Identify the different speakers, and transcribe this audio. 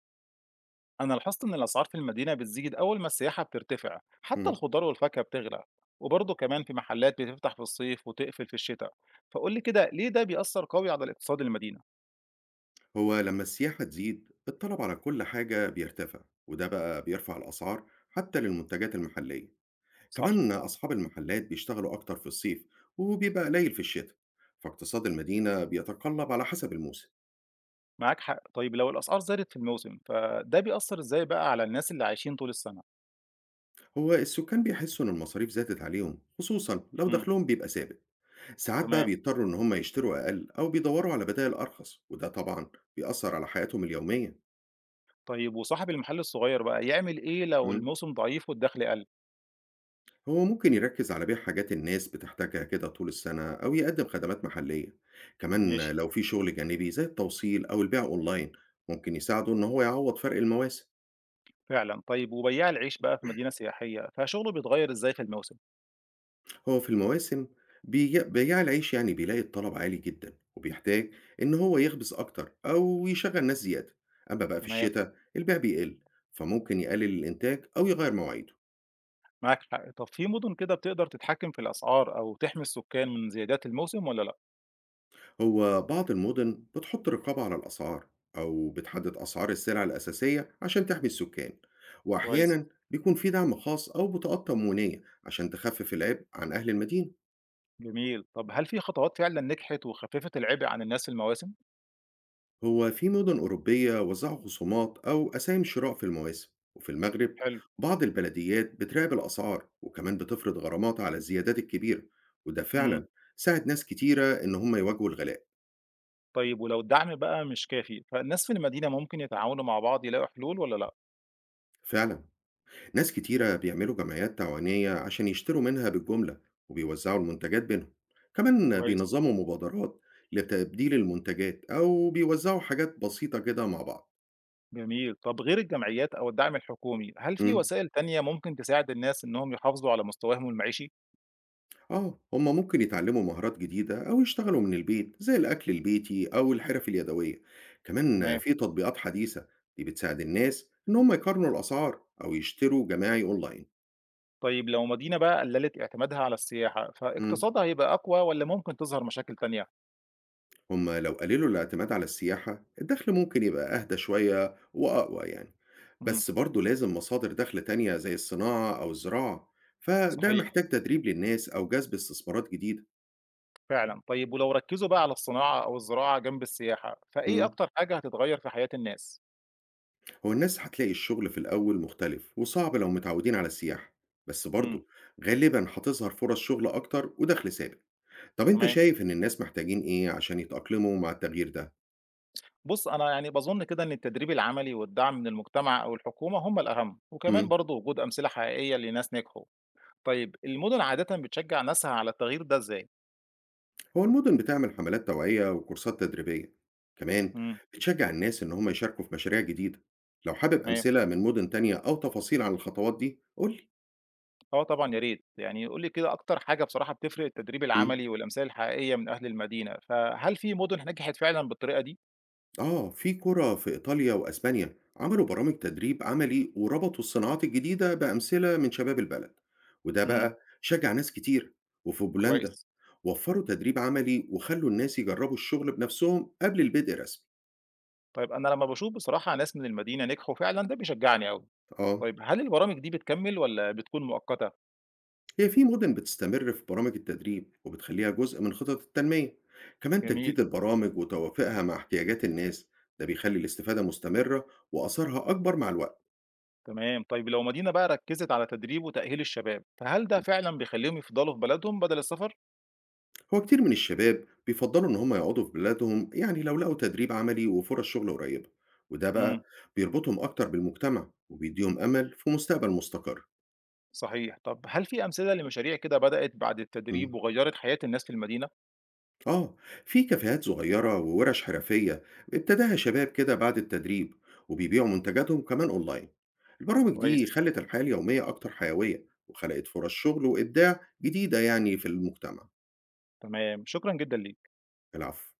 Speaker 1: أنا لاحظت إن الأسعار في المدينة بتزيد أول ما السياحة بترتفع، حتى
Speaker 2: إمم.
Speaker 1: الخضار والفاكهة بتغلى، وبرضه كمان في محلات بتفتح في الصيف وتقفل في الشتاء، فقول لي كده ليه ده بيأثر قوي على اقتصاد المدينة؟
Speaker 2: هو لمّا السياحة تزيد، الطلب على كل حاجة بيرتفع، وده بقى بيرفع الأسعار حتى للمنتجات المحلية.
Speaker 1: صح،
Speaker 2: كمان أصحاب المحلات بيشتغلوا أكتر في الصيف، وبيبقى قليل في الشتا، فاقتصاد المدينة بيتقلب على حسب الموسم.
Speaker 1: معاك حق، طيب لو الأسعار زادت في الموسم فده بيأثر إزاي بقى على الناس اللي عايشين طول السنة؟
Speaker 2: هو السكان بيحسوا إن المصاريف زادت عليهم، خصوصًا لو
Speaker 1: امم
Speaker 2: دخلهم بيبقى ثابت. ساعات بقى
Speaker 1: تمام،
Speaker 2: بيضطروا إن هم يشتروا أقل أو بيدوروا على بدايل أرخص، وده طبعًا بيأثر على حياتهم اليومية.
Speaker 1: طيب وصاحب المحل الصغير بقى يعمل إيه لو
Speaker 2: إمم.
Speaker 1: الموسم ضعيف والدخل قل؟
Speaker 2: هو ممكن يركز على بيع حاجات الناس بتحتاجها كده طول السنة أو يقدم خدمات محلية، كمان
Speaker 1: ماشي،
Speaker 2: لو في شغل جانبي زي التوصيل أو البيع أونلاين ممكن يساعده إن هو يعوض فرق المواسم.
Speaker 1: فعلا، طيب وبياع العيش بقى في مدينة سياحية فشغله بيتغير إزاي في الموسم؟
Speaker 2: هو في المواسم بياع العيش يعني بيلاقي الطلب عالي جدا، وبيحتاج إن هو يخبز أكتر أو يشغل ناس زيادة. أما بقى في
Speaker 1: تمام.
Speaker 2: الشتاء البيع بيقل، فممكن يقلل الإنتاج أو يغير مواعيده.
Speaker 1: معاك حق. طب في مدن كده بتقدر تتحكم في الأسعار أو تحمي السكان من زيادات الموسم ولا لأ؟
Speaker 2: هو بعض المدن بتحط رقابة على الأسعار أو بتحدد أسعار السلع الأساسية عشان تحمي السكان،
Speaker 1: كويس،
Speaker 2: وأحيانا بيكون في دعم خاص أو بطاقات تموينية عشان تخفف العبء عن أهل المدينة.
Speaker 1: جميل. طب هل في خطوات فعلا نجحت وخففت العبء عن الناس المواسم؟
Speaker 2: هو في مدن أوروبية وزعوا خصومات أو أسامي شراء في المواسم، وفي المغرب
Speaker 1: حلو.
Speaker 2: بعض البلديات بتراقب الأسعار وكمان بتفرض غرامات على الزيادات الكبيرة، وده
Speaker 1: امم
Speaker 2: فعلا ساعد ناس كتيرة إن هم يواجهوا الغلاء.
Speaker 1: طيب ولو الدعم بقى مش كافي فالناس في المدينة ممكن يتعاونوا مع بعض يلاقوا حلول ولا لأ؟
Speaker 2: فعلا ناس كتيرة بيعملوا جمعيات تعاونية عشان يشتروا منها بالجملة وبيوزعوا المنتجات بينهم، كمان
Speaker 1: كويس،
Speaker 2: بينظموا مبادرات لتبديل المنتجات أو بيوزعوا حاجات بسيطة كده مع بعض.
Speaker 1: جميل. طب غير الجمعيات أو الدعم الحكومي، هل في
Speaker 2: مم.
Speaker 1: وسائل تانية ممكن تساعد الناس إنهم يحافظوا على مستواهم المعيشي؟
Speaker 2: آه هما ممكن يتعلموا مهارات جديدة أو يشتغلوا من البيت زي الأكل البيتي أو الحرف اليدوية، كمان
Speaker 1: تمام.
Speaker 2: في تطبيقات حديثة دي بتساعد الناس إن هما يقارنوا الأسعار أو يشتروا جماعي أونلاين.
Speaker 1: طيب لو مدينة بقى قللت اعتمادها على السياحة
Speaker 2: مم.
Speaker 1: فاقتصادها هيبقى أقوى ولا ممكن تظهر مشاكل تانية؟
Speaker 2: هم لو قللوا الاعتماد على السياحة الدخل ممكن يبقى أهدى شوية وأقوى، يعني
Speaker 1: امم
Speaker 2: بس برضه لازم مصادر دخل تانية زي الصناعة أو الزراعة، فده
Speaker 1: صحيح.
Speaker 2: محتاج تدريب للناس أو جذب استثمارات جديدة.
Speaker 1: فعلًا، طيب ولو ركّزوا بقى على الصناعة أو الزراعة جنب السياحة، فإيه
Speaker 2: مم.
Speaker 1: أكتر حاجة هتتغيّر في حياة الناس؟
Speaker 2: هو الناس هتلاقي الشغل في الأول مختلف وصعب لو متعودين على السياحة، بس
Speaker 1: إمم،
Speaker 2: برضه غالبا هتظهر فرص شغل أكتر ودخل ثابت. طب أنت
Speaker 1: تمام،
Speaker 2: شايف إن الناس محتاجين إيه عشان يتأقلموا مع التغيير ده؟
Speaker 1: بُص أنا يعني باظُن كده إن التدريب العملي والدعم من المجتمع أو الحكومة هم الأهم، وكمان
Speaker 2: مم.
Speaker 1: برضه وجود أمثلة حقيقية لناس نجحوا، طيب المدن عادةً بتشجّع ناسها على التغيير ده إزاي؟
Speaker 2: هو المدن بتعمل حملات توعية وكورسات تدريبية، كمان
Speaker 1: إمم،
Speaker 2: بتشجع الناس إن هم يشاركوا في مشاريع جديدة. لو حابب
Speaker 1: تمام،
Speaker 2: أمثلة من مدن تانية أو تفاصيل عن الخطوات دي قولي.
Speaker 1: آه طبعًا يا ريت، يعني قُل لي كده أكتر حاجة بصراحة بتفرق التدريب
Speaker 2: مم.
Speaker 1: العملي والأمثال الحقيقية من أهل المدينة، فهل في مدن نجحت فعلًا بالطريقة دي؟
Speaker 2: آه في قرى في إيطاليا وأسبانيا عملوا برامج تدريب عملي وربطوا الصناعات الجديدة بأمثلة من شباب البلد، وده
Speaker 1: إمم،
Speaker 2: بقى شجع ناس كتير. وفي بولندا
Speaker 1: كويس.
Speaker 2: وفروا تدريب عملي وخلوا الناس يجربوا الشغل بنفسهم قبل البدء رسمي.
Speaker 1: طيب أنا لمّا باشوف بصراحة ناس من المدينة نجحوا فعلًا ده بيشجّعني أوي.
Speaker 2: آه
Speaker 1: طيب هل البرامج دي بتكمّل والّا بتكون مؤقتة؟
Speaker 2: هي في مدن بتستمر في برامج التدريب وبتخليها جزء من خطط التنمية، كمان
Speaker 1: جميل،
Speaker 2: تجديد البرامج وتوافقها مع احتياجات الناس ده بيخلي الاستفادة مستمرة وأثرها أكبر مع الوقت.
Speaker 1: تمام. طيب لو مدينة بقى ركّزت على تدريب وتأهيل الشباب، فهل ده فعلًا بيخلّيهم يفضلوا في بلدهم بدل السفر؟
Speaker 2: هو كتير من الشباب بيفضلوا إن هم يقعدوا في بلادهم، يعني لو لقوا تدريب عملي وفرص شغل قريبة وده
Speaker 1: إمم،
Speaker 2: بقى بيربطهم أكتر بالمجتمع وبيديهم أمل في مستقبل مستقر.
Speaker 1: صحيح. طب هل في أمثلة لمشاريع كده بدأت بعد
Speaker 2: مم.
Speaker 1: التدريب وغيّرت حياة الناس في المدينة؟
Speaker 2: آه في كافيهات صغيرة وورش حرفية ابتداها شباب كده بعد التدريب وبيبيعوا منتجاتهم كمان أونلاين. البرامج
Speaker 1: كويس،
Speaker 2: دي خلت الحياة اليومية أكتر حيوية وخلقت فرص شغل وإبداع جديدة يعني في المجتمع.
Speaker 1: تمام. شكرًا جدًا ليك.
Speaker 2: العفو.